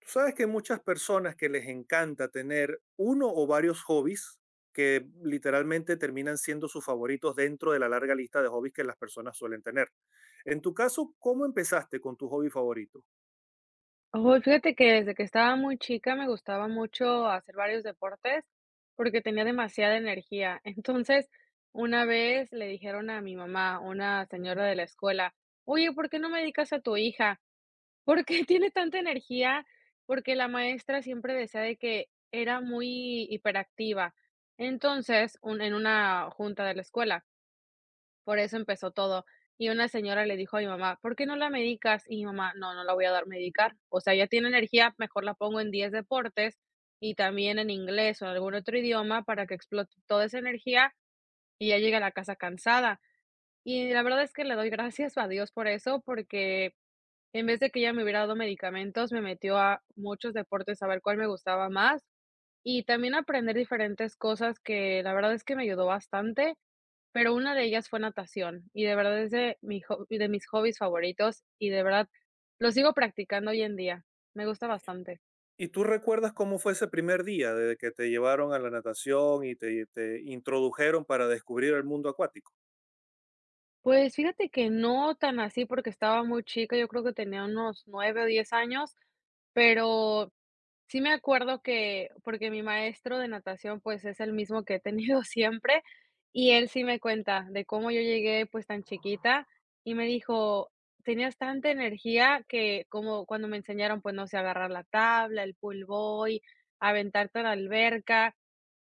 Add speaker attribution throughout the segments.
Speaker 1: Tú sabes que hay muchas personas que les encanta tener uno o varios hobbies que literalmente terminan siendo sus favoritos dentro de la larga lista de hobbies que las personas suelen tener. En tu caso, ¿cómo empezaste con tu hobby favorito?
Speaker 2: Oh, fíjate que desde que estaba muy chica me gustaba mucho hacer varios deportes porque tenía demasiada energía. Entonces, una vez le dijeron a mi mamá, una señora de la escuela, oye, ¿por qué no me dedicas a tu hija? ¿Por qué tiene tanta energía? Porque la maestra siempre decía de que era muy hiperactiva. Entonces, en una junta de la escuela. Por eso empezó todo. Y una señora le dijo a mi mamá: "¿Por qué no la medicas?" Y mi mamá: "No, no la voy a dar medicar. O sea, ella tiene energía, mejor la pongo en 10 deportes y también en inglés o en algún otro idioma para que explote toda esa energía y ya llegue a la casa cansada". Y la verdad es que le doy gracias a Dios por eso, porque en vez de que ella me hubiera dado medicamentos, me metió a muchos deportes a ver cuál me gustaba más y también aprender diferentes cosas que la verdad es que me ayudó bastante, pero una de ellas fue natación y de verdad es de mi ho de mis hobbies favoritos y de verdad lo sigo practicando hoy en día, me gusta bastante.
Speaker 1: ¿Y tú recuerdas cómo fue ese primer día desde que te llevaron a la natación y te introdujeron para descubrir el mundo acuático?
Speaker 2: Pues fíjate que no tan así porque estaba muy chica, yo creo que tenía unos 9 o 10 años, pero sí me acuerdo que porque mi maestro de natación, pues, es el mismo que he tenido siempre, y él sí me cuenta de cómo yo llegué, pues, tan chiquita, y me dijo: "Tenías tanta energía que", como cuando me enseñaron, pues, no sé, agarrar la tabla, el pool boy, aventarte a la alberca,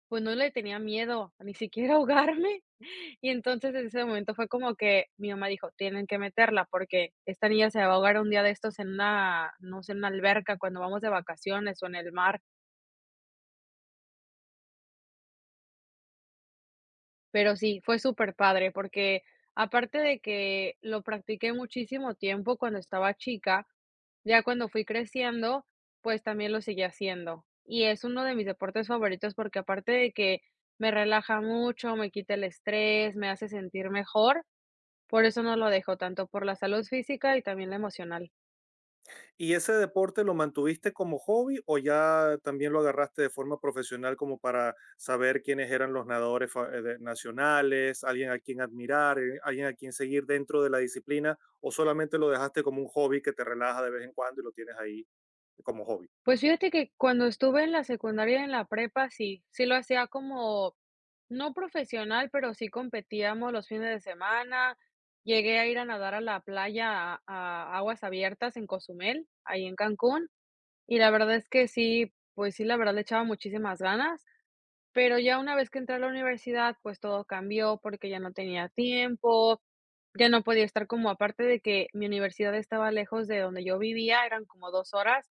Speaker 2: pues no le tenía miedo, ni siquiera ahogarme. Y entonces, en ese momento fue como que mi mamá dijo: "Tienen que meterla, porque esta niña se va a ahogar un día de estos en una, no sé, en una alberca cuando vamos de vacaciones o en el mar". Pero sí, fue súper padre porque aparte de que lo practiqué muchísimo tiempo cuando estaba chica, ya cuando fui creciendo, pues también lo seguí haciendo. Y es uno de mis deportes favoritos porque aparte de que me relaja mucho, me quita el estrés, me hace sentir mejor, por eso no lo dejo, tanto por la salud física y también la emocional.
Speaker 1: ¿Y ese deporte lo mantuviste como hobby o ya también lo agarraste de forma profesional como para saber quiénes eran los nadadores nacionales, alguien a quien admirar, alguien a quien seguir dentro de la disciplina o solamente lo dejaste como un hobby que te relaja de vez en cuando y lo tienes ahí como hobby?
Speaker 2: Pues fíjate que cuando estuve en la secundaria y en la prepa, sí, sí lo hacía como, no profesional, pero sí competíamos los fines de semana. Llegué a ir a nadar a la playa, a aguas abiertas en Cozumel, ahí en Cancún, y la verdad es que sí, pues sí, la verdad le echaba muchísimas ganas. Pero ya una vez que entré a la universidad, pues todo cambió porque ya no tenía tiempo, ya no podía estar como aparte de que mi universidad estaba lejos de donde yo vivía, eran como 2 horas,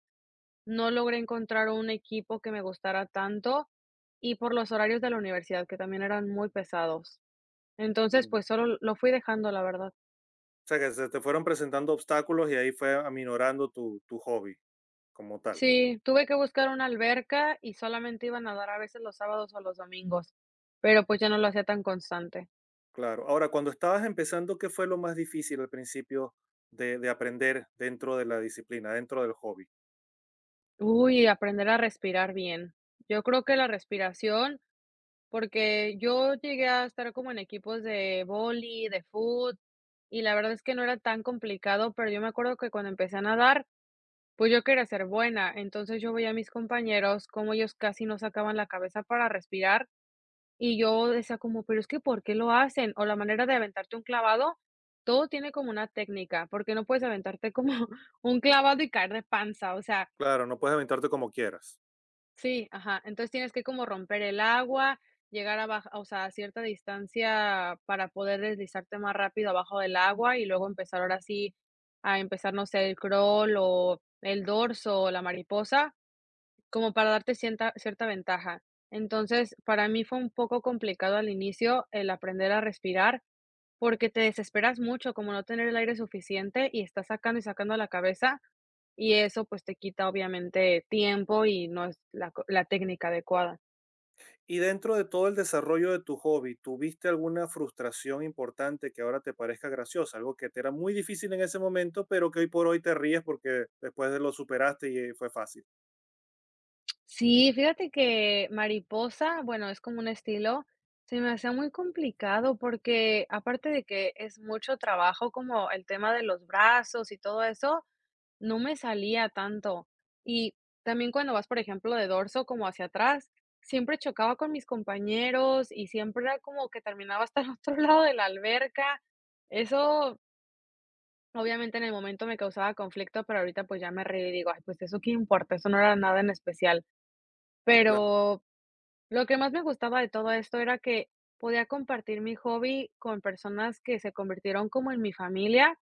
Speaker 2: no logré encontrar un equipo que me gustara tanto y por los horarios de la universidad, que también eran muy pesados. Entonces,
Speaker 1: Claro.
Speaker 2: pues solo lo fui dejando, la verdad.
Speaker 1: O sea, que se te fueron presentando obstáculos y ahí fue aminorando tu hobby como tal.
Speaker 2: Sí, tuve que buscar una alberca y solamente iba a nadar a veces los sábados o los domingos, pero pues ya no lo hacía tan constante.
Speaker 1: Claro. Ahora, cuando estabas empezando, ¿qué fue lo más difícil al principio de aprender dentro de la disciplina, dentro del hobby?
Speaker 2: Uy, aprender a respirar bien. Yo creo que la respiración, porque yo llegué a estar como en equipos de vóley, de fútbol y la verdad es que no era tan complicado, pero yo me acuerdo que cuando empecé a nadar, pues yo quería ser buena, entonces yo veía a mis compañeros cómo ellos casi no sacaban la cabeza para respirar y yo decía como, pero es que ¿por qué lo hacen? O la manera de aventarte un clavado, todo tiene como una técnica, porque no puedes aventarte como un clavado y caer de panza, o sea,
Speaker 1: Claro, no puedes aventarte como quieras.
Speaker 2: sí, ajá. Entonces tienes que como romper el agua, llegar a baja o sea, a cierta distancia para poder deslizarte más rápido abajo del agua y luego empezar ahora sí a empezar, no sé, el crawl o el dorso o la mariposa, como para darte cierta cierta ventaja. Entonces, para mí fue un poco complicado al inicio el aprender a respirar, porque te desesperas mucho, como no tener el aire suficiente y estás sacando y sacando la cabeza, y eso, pues, te quita obviamente tiempo y no es la técnica adecuada.
Speaker 1: Y dentro de todo el desarrollo de tu hobby, ¿tuviste alguna frustración importante que ahora te parezca graciosa? Algo que te era muy difícil en ese momento, pero que hoy por hoy te ríes porque después de lo superaste y fue fácil.
Speaker 2: Sí, fíjate que mariposa, bueno, es como un estilo, se me hacía muy complicado porque aparte de que es mucho trabajo como el tema de los brazos y todo eso, no me salía tanto. Y también cuando vas, por ejemplo, de dorso como hacia atrás, siempre chocaba con mis compañeros y siempre era como que terminaba hasta el otro lado de la alberca. Eso, obviamente, en el momento me causaba conflicto, pero ahorita pues ya me reí y digo, ay, pues eso qué importa, eso no era nada en especial.
Speaker 1: Claro.
Speaker 2: Pero lo que más me gustaba de todo esto era que podía compartir mi hobby con personas que se convirtieron como en mi familia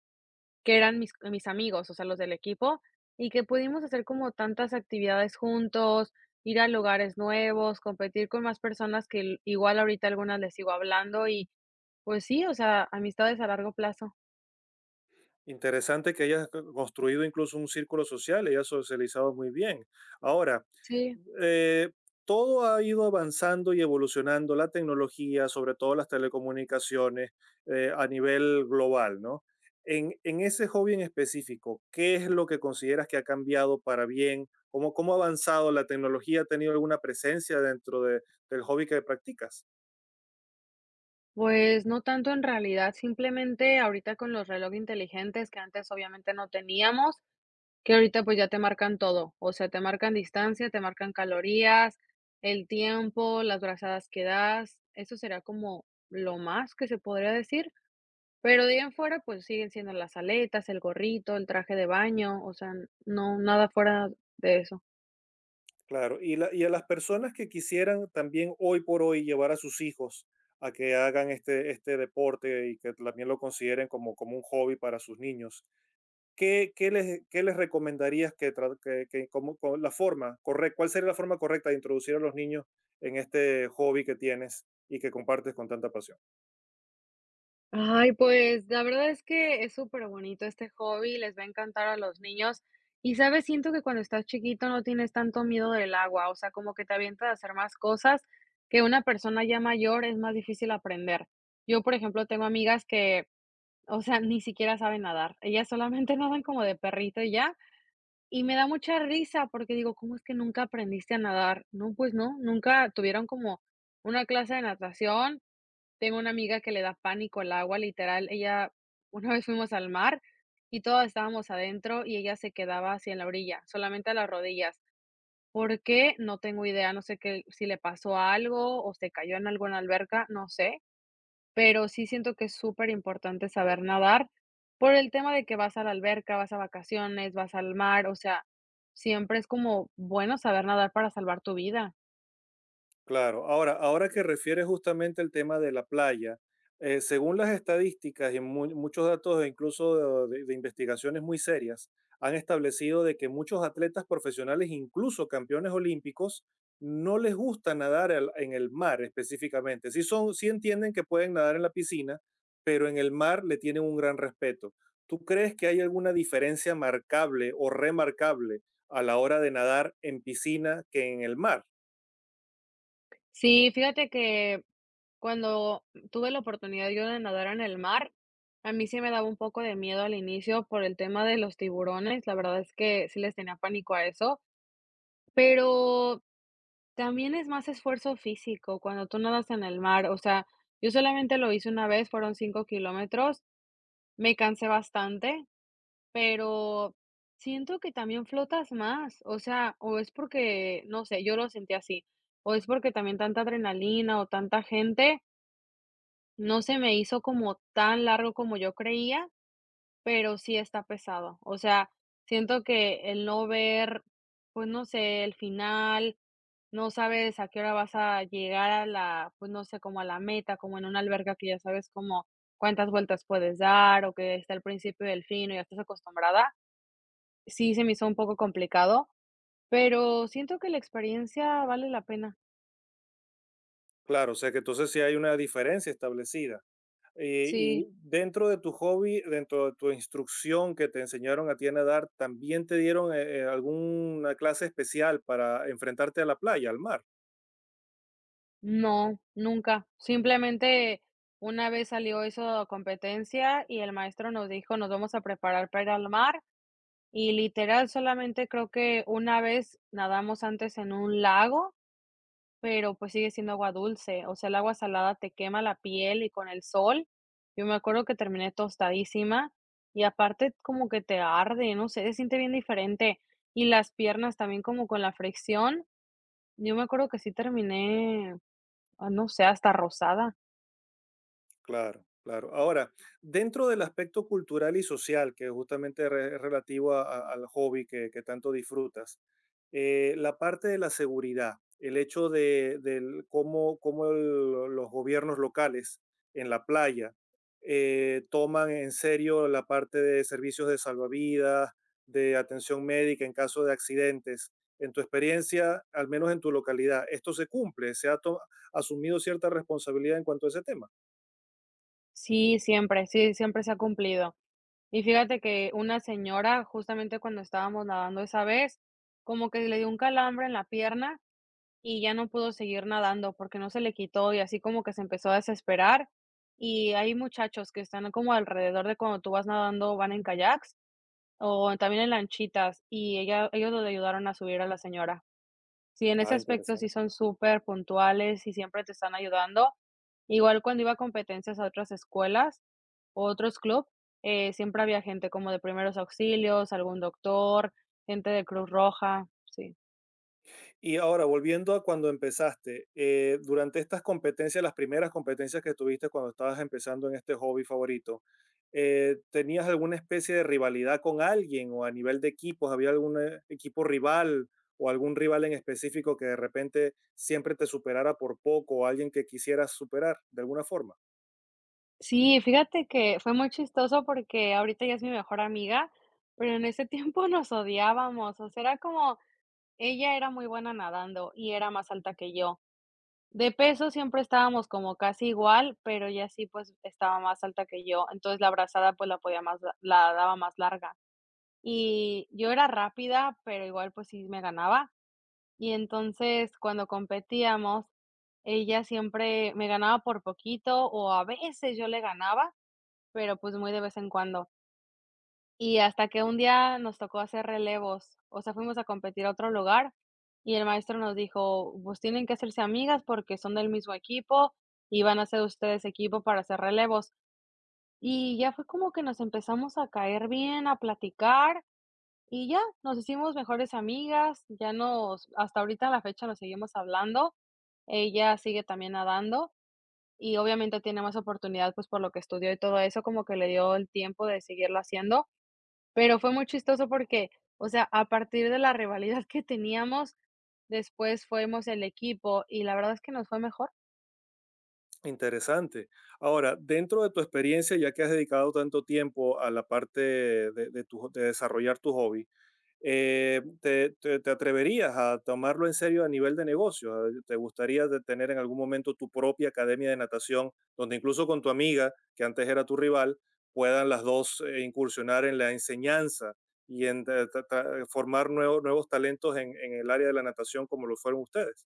Speaker 2: que eran mis amigos, o sea, los del equipo, y que pudimos hacer como tantas actividades juntos, ir a lugares nuevos, competir con más personas que el igual ahorita algunas les sigo hablando y, pues sí, o sea, amistades a largo plazo.
Speaker 1: Interesante que hayas construido incluso un círculo social, hayas socializado muy bien. Ahora,
Speaker 2: Sí,
Speaker 1: eh, todo ha ido avanzando y evolucionando, la tecnología, sobre todo las telecomunicaciones, a nivel global, ¿no? En ese hobby en específico, ¿qué es lo que consideras que ha cambiado para bien? ¿Cómo, cómo ha avanzado la tecnología? ¿Ha tenido alguna presencia del hobby que practicas?
Speaker 2: pues no tanto en realidad, simplemente ahorita con los relojes inteligentes que antes obviamente no teníamos, que ahorita, pues, ya te marcan todo, o sea, te marcan distancia, te marcan calorías, el tiempo, las brazadas que das, eso sería como lo más que se podría decir, pero de ahí en fuera, pues, siguen siendo las aletas, el gorrito, el traje de baño, o sea, no, nada fuera de eso.
Speaker 1: Claro, y, y a las personas que quisieran también hoy por hoy llevar a sus hijos a que hagan este deporte y que también lo consideren como, como un hobby para sus niños, ¿qué, qué les recomendarías que, con la forma correcta, cuál sería la forma correcta de introducir a los niños en este hobby que tienes y que compartes con tanta pasión?
Speaker 2: Ay, pues, la verdad es que es súper bonito este hobby, les va a encantar a los niños. Y, ¿sabes? Siento que cuando estás chiquito no tienes tanto miedo del agua, o sea, como que te avientas a hacer más cosas que una persona ya mayor es más difícil aprender. Yo, por ejemplo, tengo amigas que, o sea, ni siquiera saben nadar. Ellas solamente nadan como de perrito y ya. Y me da mucha risa porque digo: "¿Cómo es que nunca aprendiste a nadar?". No, pues no, nunca tuvieron como una clase de natación. Tengo una amiga que le da pánico el agua, literal, ella una vez fuimos al mar y todas estábamos adentro y ella se quedaba así en la orilla, solamente a las rodillas. ¿Por qué? No tengo idea, no sé qué, si le pasó algo o se cayó en alguna alberca, no sé, pero sí siento que es súper importante saber nadar por el tema de que vas a la alberca, vas a vacaciones, vas al mar, o sea, siempre es como bueno saber nadar para salvar tu vida.
Speaker 1: Claro, ahora, ahora que refieres justamente el tema de la playa, según las estadísticas y muchos datos, e incluso de investigaciones muy serias, han establecido de que muchos atletas profesionales, incluso campeones olímpicos, no les gusta nadar en el mar específicamente. Sí, son, sí entienden que pueden nadar en la piscina, pero en el mar le tienen un gran respeto. ¿Tú crees que hay alguna diferencia marcable o remarcable a la hora de nadar en piscina que en el mar?
Speaker 2: Sí, fíjate que cuando tuve la oportunidad yo de nadar en el mar, a mí sí me daba un poco de miedo al inicio por el tema de los tiburones, la verdad es que sí les tenía pánico a eso, pero también es más esfuerzo físico cuando tú nadas en el mar, o sea, yo solamente lo hice una vez, fueron 5 kilómetros, me cansé bastante, pero siento que también flotas más, o sea, o es porque, no sé, yo lo sentí así, o es porque también tanta adrenalina o tanta gente. No se me hizo como tan largo como yo creía, pero sí está pesado. O sea, siento que el no ver, pues, no sé, el final, no sabes a qué hora vas a llegar a la, pues, no sé, como a la meta, como en una alberca que ya sabes como cuántas vueltas puedes dar o que está el principio y el fin o ya estás acostumbrada. Sí, se me hizo un poco complicado, pero siento que la experiencia vale la pena.
Speaker 1: Claro, o sea que entonces sí hay una diferencia establecida. Y
Speaker 2: Sí.
Speaker 1: dentro de tu hobby, dentro de tu instrucción que te enseñaron a ti a nadar, ¿también te dieron alguna clase especial para enfrentarte a la playa, al mar?
Speaker 2: No, nunca. Simplemente una vez salió eso competencia y el maestro nos dijo: "Nos vamos a preparar para ir al mar", y literal solamente creo que una vez nadamos antes en un lago, pero, pues, sigue siendo agua dulce, o sea, el agua salada te quema la piel y con el sol, yo me acuerdo que terminé tostadísima y aparte como que te arde, no sé, se siente bien diferente. Y las piernas también como con la fricción, yo me acuerdo que sí terminé, ah, no sé, hasta rosada.
Speaker 1: Claro, claro. Ahora, dentro del aspecto cultural y social, que justamente es relativo al hobby que tanto disfrutas, la parte de la seguridad, el hecho del cómo, cómo los gobiernos locales en la playa toman en serio la parte de servicios de salvavidas, de atención médica en caso de accidentes. En tu experiencia, al menos en tu localidad, ¿esto se cumple? ¿Se ha asumido cierta responsabilidad en cuanto a ese tema?
Speaker 2: Sí, siempre se ha cumplido. Y fíjate que una señora, justamente cuando estábamos nadando esa vez, como que le dio un calambre en la pierna y ya no pudo seguir nadando porque no se le quitó y así como que se empezó a desesperar. Y hay muchachos que están como alrededor de cuando tú vas nadando, van en kayaks o también en lanchitas y ella, ellos le ayudaron a subir a la señora. Sí, en ese
Speaker 1: Ah,
Speaker 2: aspecto sí
Speaker 1: interesante.
Speaker 2: son súper puntuales y siempre te están ayudando. Igual cuando iba a competencias a otras escuelas o otros club, siempre había gente como de primeros auxilios, algún doctor, gente de Cruz Roja, sí.
Speaker 1: Y ahora, volviendo a cuando empezaste, durante estas competencias, las primeras competencias que tuviste cuando estabas empezando en este hobby favorito, ¿tenías alguna especie de rivalidad con alguien o a nivel de equipos? ¿Había algún equipo rival o algún rival en específico que de repente siempre te superara por poco o alguien que quisieras superar de alguna forma?
Speaker 2: Sí, fíjate que fue muy chistoso porque ahorita ella es mi mejor amiga, pero en ese tiempo nos odiábamos, o sea, era como ella era muy buena nadando y era más alta que yo. De peso siempre estábamos como casi igual, pero ella sí, pues, estaba más alta que yo, entonces la abrazada, pues, la podía más la daba más larga. Y yo era rápida, pero igual, pues, sí me ganaba. Y entonces, cuando competíamos, ella siempre me ganaba por poquito, o a veces yo le ganaba, pero, pues, muy de vez en cuando. Y hasta que un día nos tocó hacer relevos, o sea, fuimos a competir a otro lugar y el maestro nos dijo: "Pues tienen que hacerse amigas porque son del mismo equipo y van a ser ustedes equipo para hacer relevos". Y ya fue como que nos empezamos a caer bien, a platicar y ya nos hicimos mejores amigas, ya nos hasta ahorita a la fecha nos seguimos hablando. Ella sigue también nadando y obviamente tiene más oportunidad, pues, por lo que estudió y todo eso, como que le dio el tiempo de seguirlo haciendo. Pero fue muy chistoso porque, o sea, a partir de la rivalidad que teníamos, después fuimos el equipo y la verdad es que nos fue mejor.
Speaker 1: Interesante. Ahora, dentro de tu experiencia, ya que has dedicado tanto tiempo a la parte de desarrollar tu hobby, te atreverías a tomarlo en serio a nivel de negocio? A, ¿te gustaría de tener en algún momento tu propia academia de natación, donde incluso con tu amiga, que antes era tu rival, puedan las dos incursionar en la enseñanza y en formar nuevos talentos en el área de la natación como lo fueron ustedes?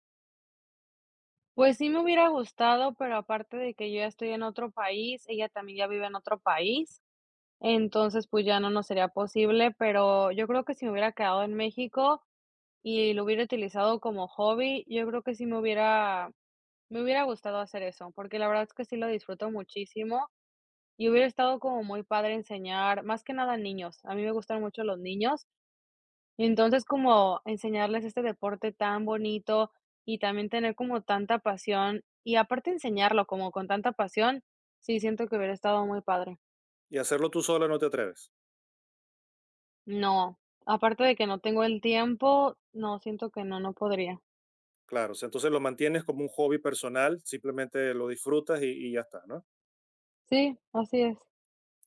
Speaker 2: Pues sí me hubiera gustado, pero aparte de que yo ya estoy en otro país, ella también ya vive en otro país, entonces, pues ya no nos sería posible, pero yo creo que si me hubiera quedado en México y lo hubiera utilizado como hobby, yo creo que sí me hubiera gustado hacer eso, porque la verdad es que sí lo disfruto muchísimo. Y hubiera estado como muy padre enseñar, más que nada a niños. A mí me gustan mucho los niños, entonces como enseñarles este deporte tan bonito y también tener como tanta pasión y aparte enseñarlo como con tanta pasión, sí siento que hubiera estado muy padre.
Speaker 1: Y hacerlo tú sola no te atreves.
Speaker 2: No, aparte de que no tengo el tiempo, no, siento que no, no podría.
Speaker 1: Claro, o sea, entonces lo mantienes como un hobby personal, simplemente lo disfrutas y ya está, ¿no?
Speaker 2: Sí, así es.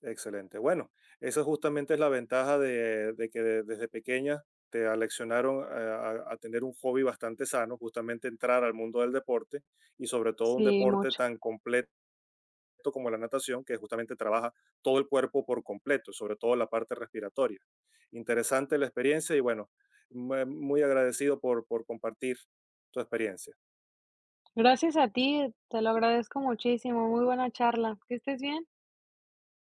Speaker 1: Excelente. Bueno, esa justamente es la ventaja de que desde pequeña te aleccionaron a, a tener un hobby bastante sano, justamente entrar al mundo del deporte y sobre todo un
Speaker 2: Sí,
Speaker 1: deporte
Speaker 2: mucho.
Speaker 1: tan completo como la natación, que justamente trabaja todo el cuerpo por completo, sobre todo la parte respiratoria. Interesante la experiencia y bueno, muy agradecido por compartir tu experiencia.
Speaker 2: Gracias a ti, te lo agradezco muchísimo. Muy buena charla. Que estés bien.